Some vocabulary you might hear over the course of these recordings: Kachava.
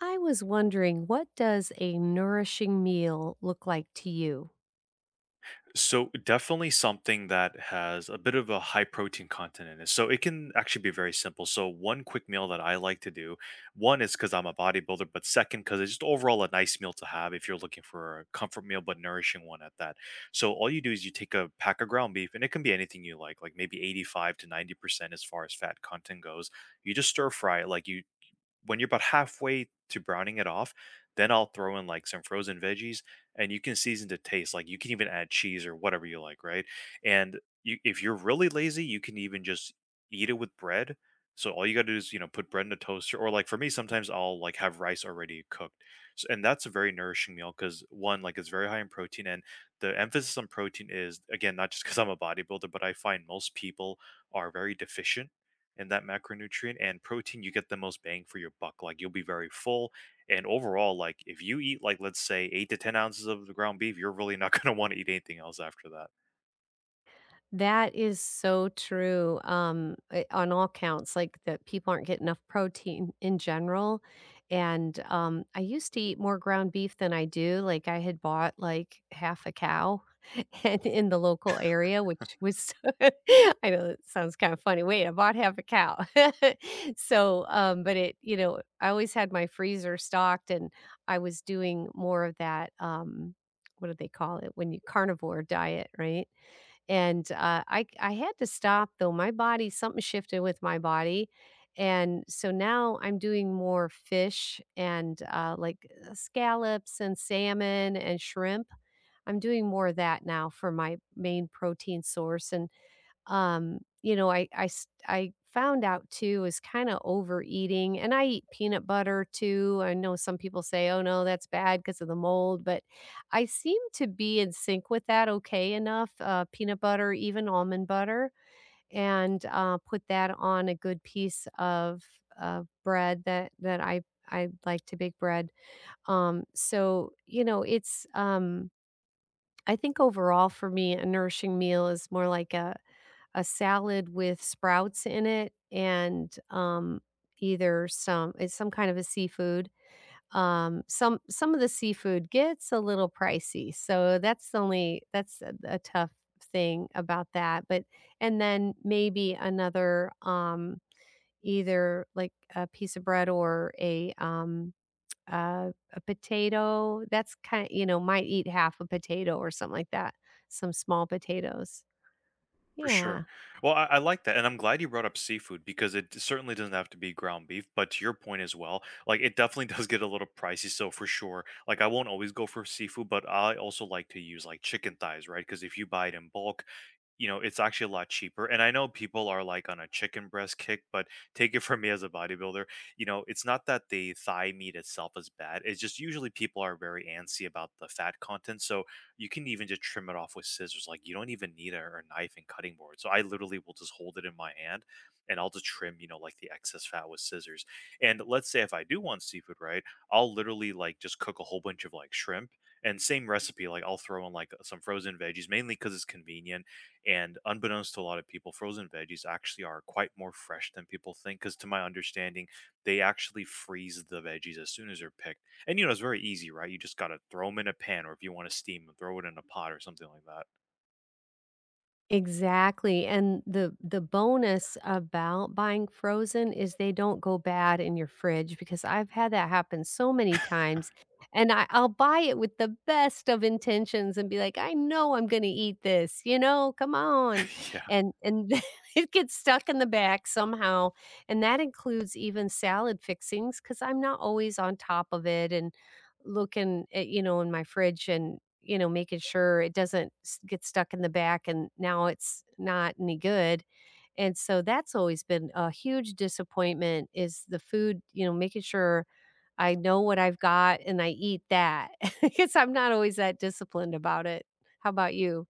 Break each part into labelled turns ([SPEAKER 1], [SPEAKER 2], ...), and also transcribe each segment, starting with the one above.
[SPEAKER 1] I was wondering, what does a nourishing meal look like to you?
[SPEAKER 2] So definitely something that has a bit of a high protein content in it. So it can actually be very simple. So one quick meal that I like to do, one is because I'm a bodybuilder, but second because it's just overall a nice meal to have if you're looking for a comfort meal but nourishing one at that. So all you do is you take a pack of ground beef, and it can be anything you like maybe 85 to 90% as far as fat content goes. You just stir fry it, like you when you're about halfway to browning it off, then I'll throw in like some frozen veggies and you can season to taste. Like you can even add cheese or whatever you like, right? And you, if you're really lazy, you can even just eat it with bread. So all you got to do is, you know, put bread in a toaster or like for me sometimes I'll like have rice already cooked. So, and that's a very nourishing meal cuz one like it's very high in protein and the emphasis on protein is again not just cuz I'm a bodybuilder, but I find most people are very deficient in that macronutrient, and protein you get the most bang for your buck like you'll be very full and overall like if you eat like let's say 8 to 10 ounces of the ground beef you're really not going to want to eat anything else after that
[SPEAKER 1] That is so true, on all counts, like, that people aren't getting enough protein in general, and, I used to eat more ground beef than I do. Like, I had bought, like, half a cow and in the local area, which was I know that sounds kinda funny, "Wait, I bought half a cow." So, but it you know, I always had my freezer stocked, and I was doing more of that, what do they call it, when you carnivore diet, right? And, I had to stop though. My body, something shifted with my body, and so now I'm doing more fish and, like, scallops and salmon and shrimp. I'm doing more of that now for my main protein source, and you know, I found out too is kinda overeating, and I eat peanut butter too. I know some people say, "Oh, no, that's bad because of the mold," but I seem to be in sync with that okay enough, peanut butter, even almond butter, and, put that on a good piece of bread that that I like to bake bread. Um, so, you know, it's, um I think overall for me, a nourishing meal is more like a salad with sprouts in it and, either some it's some kind of a seafood. Some of the seafood gets a little pricey, so that's the only that's a tough thing about that, but and then maybe another, either, like, a piece of bread or a potato that's kind you know, might eat half a potato or something like that, some small potatoes.
[SPEAKER 2] for sure.
[SPEAKER 1] Yeah.
[SPEAKER 2] Well, I like that and I'm glad you brought up seafood because it certainly doesn't have to be ground beef but to your point as well, like it definitely does get a little pricey, so for sure like I won't always go for seafood, but I also like to use like chicken thighs, right? Because if you buy it in bulk, you know, it's actually a lot cheaper. And I know people are like on a chicken breast kick, but take it from me as a bodybuilder, you know, it's not that the thigh meat itself is bad. It's just usually people are very antsy about the fat content. So you can even just trim it off with scissors. Like you don't even need a, knife and cutting board. So I literally will just hold it in my hand and I'll just trim, you know, like the excess fat with scissors. And let's say if I do want seafood, right, I'll literally like just cook a whole bunch of like shrimp and same recipe. Like I'll throw in like some frozen veggies, mainly because it's convenient, and unbeknownst to a lot of people, frozen veggies actually are quite more fresh than people think. Because to my understanding, they actually freeze the veggies as soon as they're picked. And you know, it's very easy, right? You just gotta throw them in a pan, or if you want to steam them, throw it in a pot or something like that.
[SPEAKER 1] Exactly, and the bonus about buying frozen is they don't go bad in your fridge, because I've had that happen so many times, and I'll buy it with the best of intentions and be like, "I know I'm gonna eat this, you know, come on,"
[SPEAKER 2] Yeah.
[SPEAKER 1] and it gets stuck in the back somehow, and that includes even salad fixings because 'cause I'm not always on top of it, and looking at, you know, in my fridge and, you know, making sure it doesn't s get stuck in the back and now it's not any good, and so that's always been a huge disappointment is the food, you know, making sure I know what I've got and I eat that. I guess I'm not always that disciplined about it. How about you?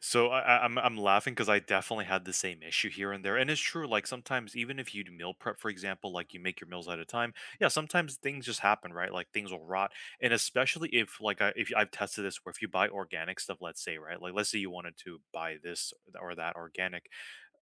[SPEAKER 2] So I'm laughing because I definitely had the same issue here and there, and it's true. Like sometimes, even if you do meal prep, for example, like you make your meals at a time, yeah, sometimes things just happen, right? Like things will rot, and especially if like if I've tested this, where if you buy organic stuff, let's say, right, like let's say you wanted to buy this or that organic,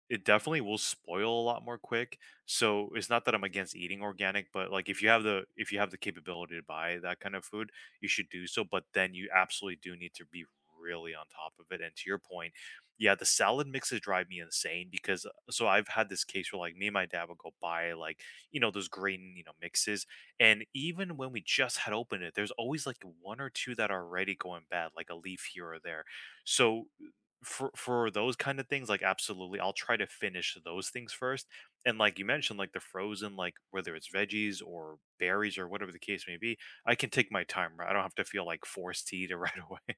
[SPEAKER 2] it definitely will spoil a lot more quick. So it's not that I'm against eating organic, but like if you have the capability to buy that kind of food, you should do so. But then you absolutely do need to be really on top of it. And to your point, yeah, the salad mixes drive me insane because so I've had this case where like me and my dad would go buy like you know those green you know mixes, and even when we just had opened it, there's always like one or two that are already going bad, like a leaf here or there. So for those kind of things, like, absolutely, I'll try to finish those things first, and like you mentioned, like, the frozen, like, whether it's veggies or berries or whatever the case may be, I can take my time, right? I don't have to feel, like, forced to eat it right away.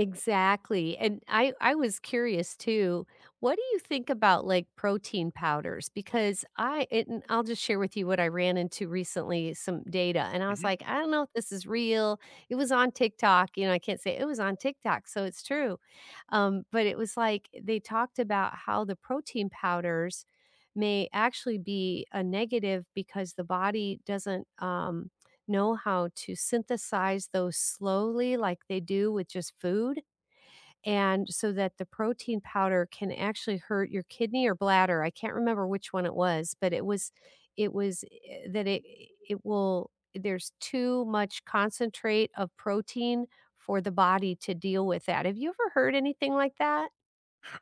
[SPEAKER 1] Exactly, and I was curious too, what do you think about, like, protein powders? Because I it and I'll just share with you what I ran into recently, some data, and I was like, "I don't know if this is real." It was on TikTok. You know, I can't say it was on TikTok, so it's true, but it was like they talked about how the protein powders may actually be a negative because the body doesn't, know how to synthesize those slowly like they do with just food, and so that the protein powder can actually hurt your kidney or bladder, I can't remember which one it was, but it was that it will, there's too much concentrate of protein for the body to deal with that. Have you ever heard anything like that?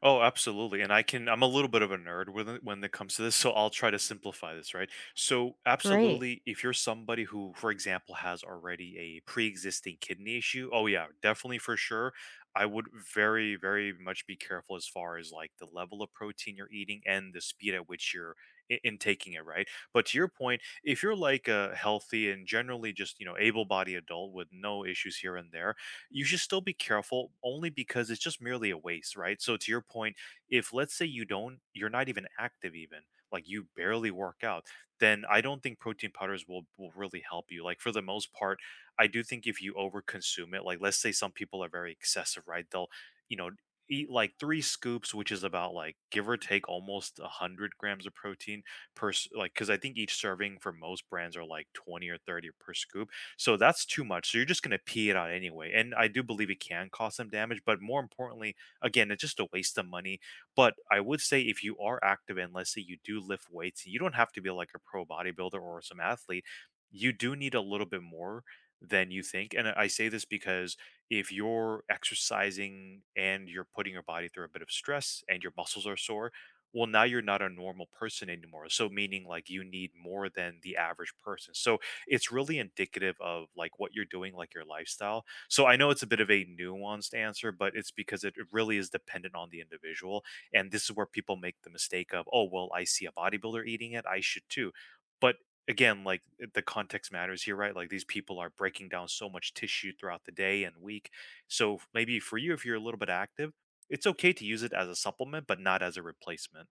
[SPEAKER 2] Oh, absolutely. And I can I'm a little bit of a nerd with it when it comes to this, so I'll try to simplify this, right? So,
[SPEAKER 1] Great.
[SPEAKER 2] absolutely, if you're somebody who, for example, has already a pre-existing kidney issue, oh yeah, definitely for sure. I would very, very much be careful as far as like the level of protein you're eating and the speed at which you're intaking it, right? But to your point, if you're like a healthy and generally just, you know, able-bodied adult with no issues here and there, you should still be careful only because it's just merely a waste, right? So to your point, if let's say you don't, you're not even active even, like you barely work out, then I don't think protein powders will really help you. Like for the most part, I do think if you overconsume it, like let's say some people are very excessive, right? They'll, you know, eat like three scoops, which is about like give or take almost 100 grams of protein like because I think each serving for most brands are like 20 or 30 per scoop so that's too much. So you're just going to pee it out anyway. And I do believe it can cause some damage, but more importantly, again, it's just a waste of money. But I would say if you are active and let's say you do lift weights, you don't have to be like a pro bodybuilder or some athlete. You do need a little bit more than you think. And I say this because if you're exercising and you're putting your body through a bit of stress and your muscles are sore, well, now you're not a normal person anymore. So, meaning like you need more than the average person. So, it's really indicative of like what you're doing, like your lifestyle. So I know it's a bit of a nuanced answer, but it's because it really is dependent on the individual. And this is where people make the mistake of, oh, well, I see a bodybuilder eating it. I should too. But again, like the context matters here, right? Like these people are breaking down so much tissue throughout the day and week. So maybe for you, if you're a little bit active, it's okay to use it as a supplement, but not as a replacement.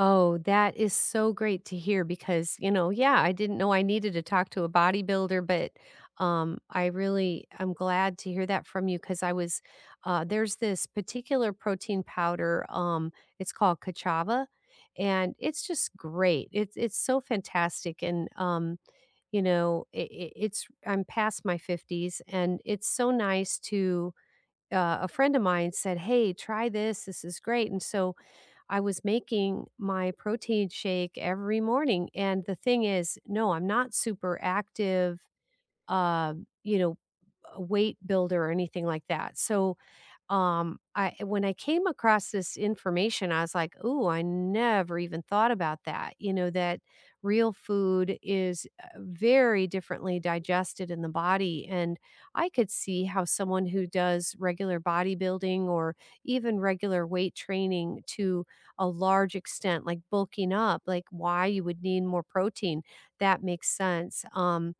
[SPEAKER 1] Oh, that is so great to hear because, you know, yeah, I didn't know I needed to talk to a bodybuilder, but I really I'm glad to hear that from you, because I was there's this particular protein powder. It's called Kachava, and it's just great. It's so fantastic, and you know, it's I'm past my fifties, and it's so nice to. A friend of mine said, "Hey, try this. This is great." And so I was making my protein shake every morning, and the thing is, no, I'm not super active, you know, a weight builder or anything like that. So I when I came across this information, I was like, "Ooh, I never even thought about that." You know, that real food is, very differently digested in the body, and I could see how someone who does regular bodybuilding or even regular weight training to a large extent, like bulking up, like why you would need more protein, that makes sense.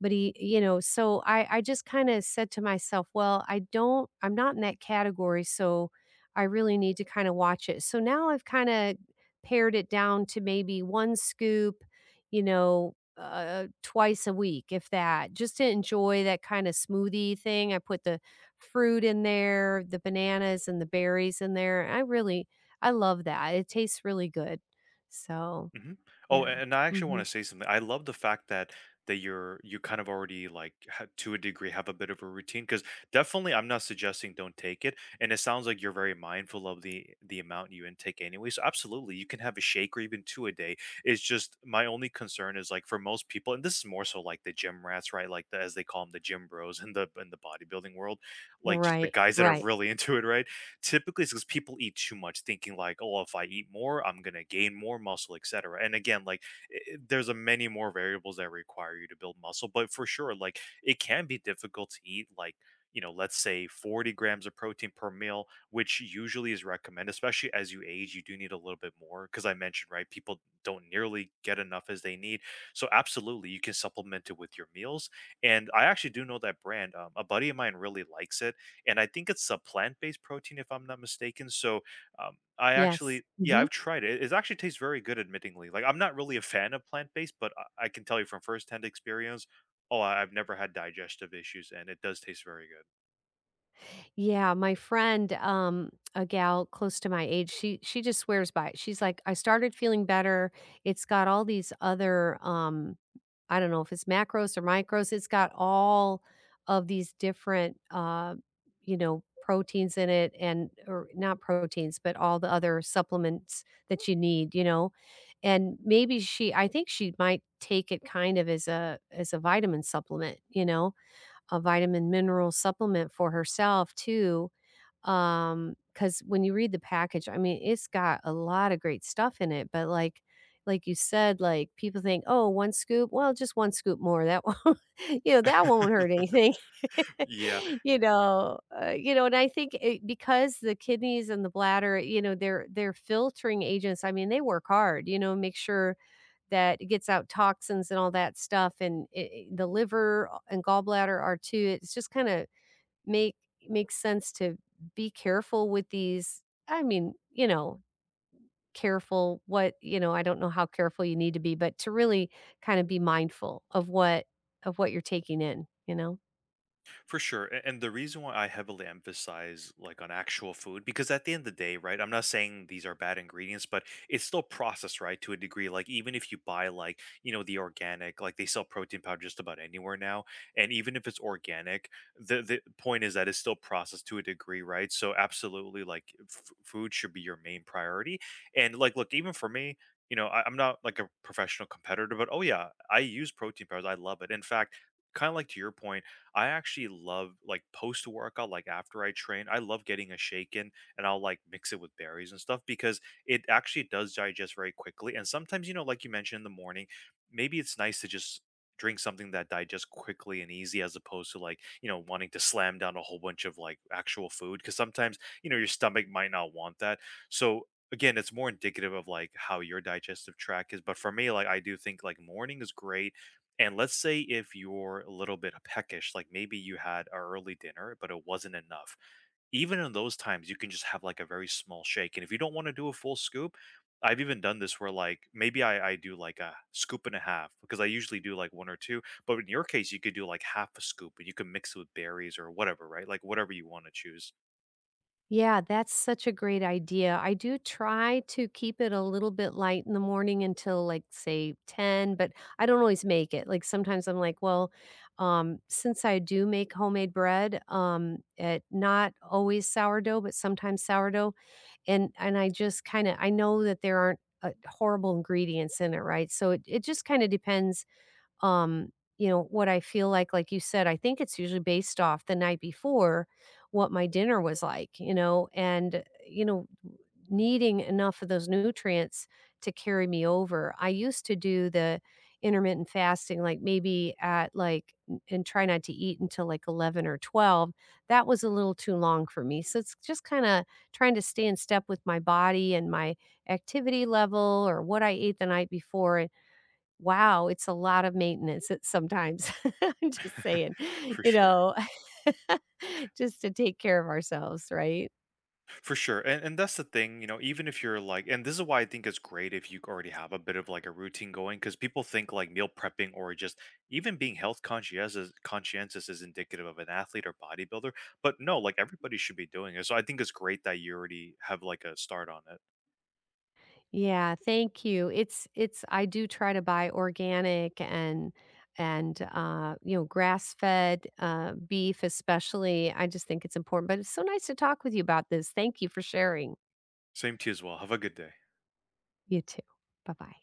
[SPEAKER 1] But he you know, so I just kinda said to myself, "Well, I don't I'm not in that category, so I really need to kinda watch it." So now I've kinda pared it down to maybe 1 scoop, you know, twice a week, if that, just to enjoy that kinda smoothie thing. I put the fruit in there, the bananas and the berries in there. I really I love that. It tastes really good. So,
[SPEAKER 2] Mhm. Oh, a
[SPEAKER 1] yeah.
[SPEAKER 2] and I actually wanna
[SPEAKER 1] Mhm.
[SPEAKER 2] say something. I love the fact that you're you kind of already, like, ha to a degree, have a bit of a routine. Because definitely, I'm not suggesting don't take it, and it sounds like you're very mindful of the amount you intake anyway, so absolutely, you can have a shake or even 2 a day. It's just my only concern is, like, for most people and this is more so, like, the gym rats, right? Like, the as they call them, the gym bros in the bodybuilding world, like, just the
[SPEAKER 1] Right,
[SPEAKER 2] guys that are
[SPEAKER 1] right.
[SPEAKER 2] really into it, right? Typically, it's because people eat too much, thinking like, "Oh, if I eat more, I'm gonna gain more muscle, etc." And again, like there's a many more variables that require you to build muscle, but for sure, like it can be difficult to eat like you know, let's say 40 grams of protein per meal, which usually is recommended, especially as you age, you do need a little bit more. Cause I mentioned, right, people don't nearly get enough as they need. So, absolutely, you can supplement it with your meals. And I actually do know that brand. A buddy of mine really likes it and I think it's a plant-based protein, if I'm not mistaken. So, I
[SPEAKER 1] Yes.
[SPEAKER 2] actually yeah,
[SPEAKER 1] Mhm.
[SPEAKER 2] I've tried it. It actually tastes very good, admittingly. Like, I'm not really a fan of plant-based, but I can tell you from firsthand experience, oh, I've never had digestive issues, and it does taste very good.
[SPEAKER 1] Yeah, my friend, a gal close to my age, she just swears by it. She's like, "I started feeling better. It's got all these other I don't know if it's macros or micros. It's got all of these different you know, proteins in it and or not proteins, but all the other supplements that you need, you know." And maybe she I think she might take it kind of as a vitamin supplement, you know, a vitamin mineral supplement for herself too because when you read the package, I mean, it's got a lot of great stuff in it, but like you said, like, people think, oh, one scoop? Well, just 1 scoop more. That won't" you know, "that won't hurt anything."
[SPEAKER 2] Yeah.
[SPEAKER 1] You know, and I think it because the kidneys and the bladder, you know, they're filtering agents. I mean, they work hard, you know, make sure that it gets out toxins and all that stuff, and I the liver, and gallbladder are too. It's just kinda make makes sense to be careful with these, I mean, you know, careful what you know, I don't know how careful you need to be, but to really kind of be mindful of what you're taking in, you know?
[SPEAKER 2] For sure. And the reason why I heavily emphasize like on actual food, because at the end of the day, right, I'm not saying these are bad ingredients, but it's still processed, right, to a degree. Like even if you buy like, you know, the organic, like they sell protein powder just about anywhere now. And even if it's organic, the point is that it's still processed to a degree, right? So absolutely like food should be your main priority. And like, look, even for me, you know, I'm not like a professional competitor, but oh yeah, I use protein powders. I love it. In fact, kind of like to your point, I actually love like post workout, like after I train, I love getting a shake in and I'll like mix it with berries and stuff because it actually does digest very quickly. And sometimes, you know, like you mentioned in the morning, maybe it's nice to just drink something that digests quickly and easy as opposed to like, you know, wanting to slam down a whole bunch of like actual food. Cause sometimes, you know, your stomach might not want that. So again, it's more indicative of like how your digestive tract is. But for me, like I do think like morning is great and let's say if you're a little bit peckish, like maybe you had a early dinner, but it wasn't enough. Even in those times, you can just have like a very small shake. And if you don't want to do a full scoop, I've even done this where like maybe I do like a scoop and a half because I usually do like one or two. But in your case, you could do like half a scoop and you can mix it with berries or whatever, right? Like whatever you want to choose
[SPEAKER 1] Yeah, that's such a great idea. I do try to keep it a little bit light in the morning until like say 10, but I don't always make it. Like sometimes I'm like, well, since I do make homemade bread, it not always sourdough, but sometimes sourdough, and I just kinda I know that there aren't, horrible ingredients in it, right? So it just kinda depends um, you know, what I feel like. Like you said, I think it's usually based off the night before what my dinner was like, you know, and, you know, needing enough of those nutrients to carry me over. I used to do the intermittent fasting, like maybe at like, and try not to eat until like 11 or 12. That was a little too long for me. So it's just kind of trying to stay in step with my body and my activity level or what I ate the night before. Wow, it's a lot of maintenance it sometimes. I'm just saying,
[SPEAKER 2] for
[SPEAKER 1] you
[SPEAKER 2] sure.
[SPEAKER 1] know, just to take care of ourselves, right?
[SPEAKER 2] For sure. And that's the thing, you know, even if you're like and this is why I think it's great if you already have a bit of like a routine going cuz people think like meal prepping or just even being health conscientious is indicative of an athlete or bodybuilder, but no, like everybody should be doing it. So I think it's great that you already have like a start on it.
[SPEAKER 1] Yeah, thank you. It's I do try to buy organic and you know, grass-fed beef especially. I just think it's important, but it's so nice to talk with you about this. Thank you for sharing.
[SPEAKER 2] Same to you as well. Have a good day.
[SPEAKER 1] You too. Bye-bye.